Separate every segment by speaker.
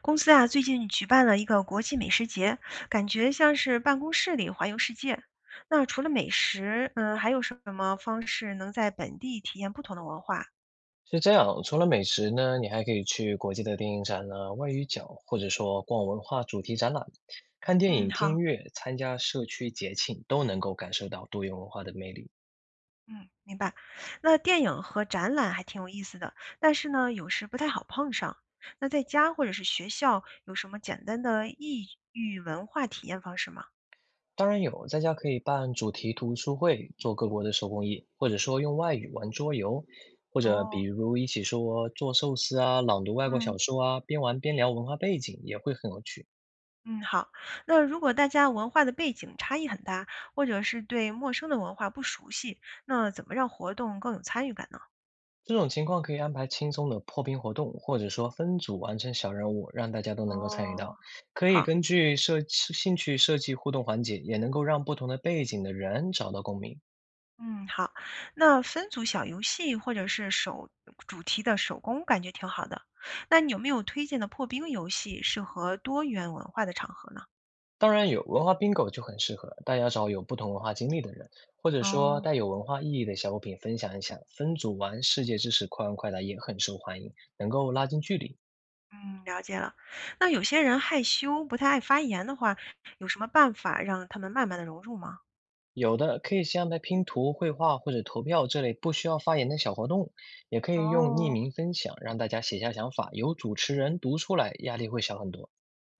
Speaker 1: 公司啊，最近举办了一个国际美食节，感觉像是办公室里环游世界。那除了美食，还有什么方式能在本地体验不同的文化？
Speaker 2: 是这样，除了美食呢，你还可以去国际的电影展呢、外语角，或者说逛文化主题展览、看电
Speaker 1: 嗯，
Speaker 2: 影、听
Speaker 1: 好，
Speaker 2: 音乐、参加社区节庆，都能够感受到多元文化的魅力。
Speaker 1: 嗯，明白。那电影和展览还挺有意思的，但是呢，有时不太好碰上。那在家或者是学校，有什么简单的异域文化体验方式吗？
Speaker 2: 当然有，在家可以办主题读书会，做各国的手工艺，或者说用外语玩桌游，或者
Speaker 1: 哦，
Speaker 2: 比如一起说做寿司啊、朗读外国
Speaker 1: 嗯。
Speaker 2: 小说啊，边玩边聊文化背景，也会很有趣。
Speaker 1: 嗯，好。那如果大家文化的背景差异很大，或者是对陌生的文化不熟悉，那怎么让活动更有参与感呢？
Speaker 2: 这种情况可以安排轻松的破冰活动，或者说分组完成小任务，让大家都能够参与
Speaker 1: 哦，
Speaker 2: 到。可以
Speaker 1: 好，
Speaker 2: 根据设兴趣设计互动环节，也能够让不同的背景的人找到共鸣。
Speaker 1: 嗯，好。那分组小游戏或者是手主题的手工，感觉挺好的。那你有没有推荐的破冰游戏适合多元文化的场合呢？
Speaker 2: 当然，有文化 bingo 就很适合，大家找有不同文化经历的人，或者说
Speaker 1: 哦，
Speaker 2: 带有文化意义的小物品分享一下。分组玩世界知识快问快答也很受欢迎，能够拉近距离。
Speaker 1: 嗯，了解了。那有些人害羞，不太爱发言的话，有什么办法让他们慢慢的融入吗？
Speaker 2: 有的可以先安排拼图、绘画或者投票这类不需要发言的小活动，也可以用匿
Speaker 1: 哦，
Speaker 2: 名分享，让大家写下想法，由主持人读出来，压力会小很多。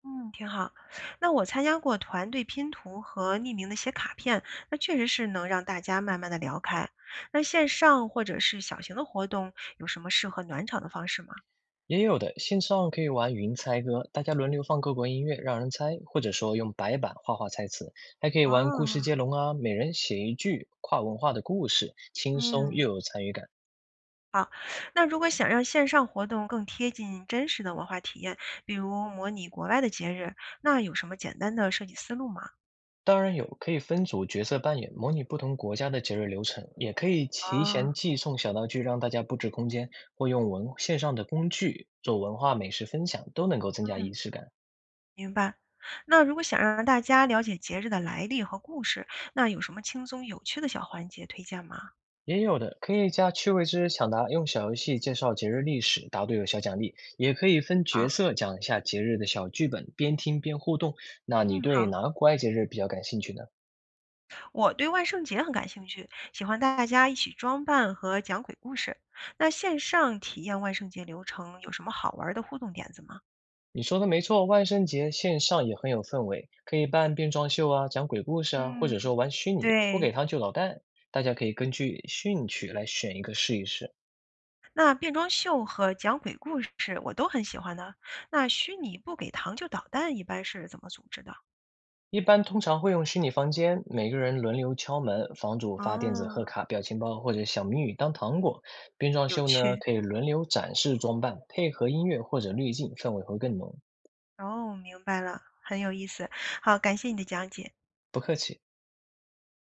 Speaker 1: 嗯，挺好。那我参加过团队拼图和匿名的写卡片，那确实是能让大家慢慢的聊开。那线上或者是小型的活动，有什么适合暖场的方式吗？
Speaker 2: 也有的线上可以玩云猜歌，大家轮流放各国音乐让人猜，或者说用白板画画猜词，还可以玩故事接
Speaker 1: 啊，
Speaker 2: 龙啊，每人写一句跨文化的故事，轻松
Speaker 1: 嗯，
Speaker 2: 又有参与感。
Speaker 1: 好。那如果想让线上活动更贴近真实的文化体验，比如模拟国外的节日，那有什么简单的设计思路吗？
Speaker 2: 当然有，可以分组角色扮演，模拟不同国家的节日流程，也可以提
Speaker 1: 啊，
Speaker 2: 前寄送小道具，让大家布置空间，或用文线上的工具做文化美食分享，都能够增加
Speaker 1: 嗯，
Speaker 2: 仪式感。
Speaker 1: 明白。那如果想让大家了解节日的来历和故事，那有什么轻松有趣的小环节推荐吗？
Speaker 2: 也有的可以加趣味知识抢答，用小游戏介绍节日历史，答对有小奖励。也可以分
Speaker 1: 啊，
Speaker 2: 角色讲一下节日的小剧本，边听边互动。那你
Speaker 1: 嗯，
Speaker 2: 对
Speaker 1: 好，
Speaker 2: 哪个国外节日比较感兴趣呢？
Speaker 1: 我对万圣节很感兴趣，喜欢大家一起装扮和讲鬼故事。那线上体验万圣节流程有什么好玩儿的互动点子吗？
Speaker 2: 你说的没错，万圣节线上也很有氛围，可以办变装秀啊，讲鬼故事啊，或者
Speaker 1: 嗯，
Speaker 2: 说玩虚拟，不给
Speaker 1: 对，
Speaker 2: 糖就捣蛋。大家可以根据兴趣来选一个试一试。
Speaker 1: 那变装秀和讲鬼故事我都很喜欢的。那虚拟不给糖就捣蛋一般是怎么组织的？
Speaker 2: 一般通常会用虚拟房间，每个人轮流敲门，房主发电子贺
Speaker 1: 哦，
Speaker 2: 卡、表情包或者小谜语当糖果。变装
Speaker 1: 有
Speaker 2: 秀呢，
Speaker 1: 趣，
Speaker 2: 可以轮流展示装扮，配合音乐或者滤镜，氛围会更浓。
Speaker 1: 哦，明白了，很有意思。好，感谢你的讲解。
Speaker 2: 不客气。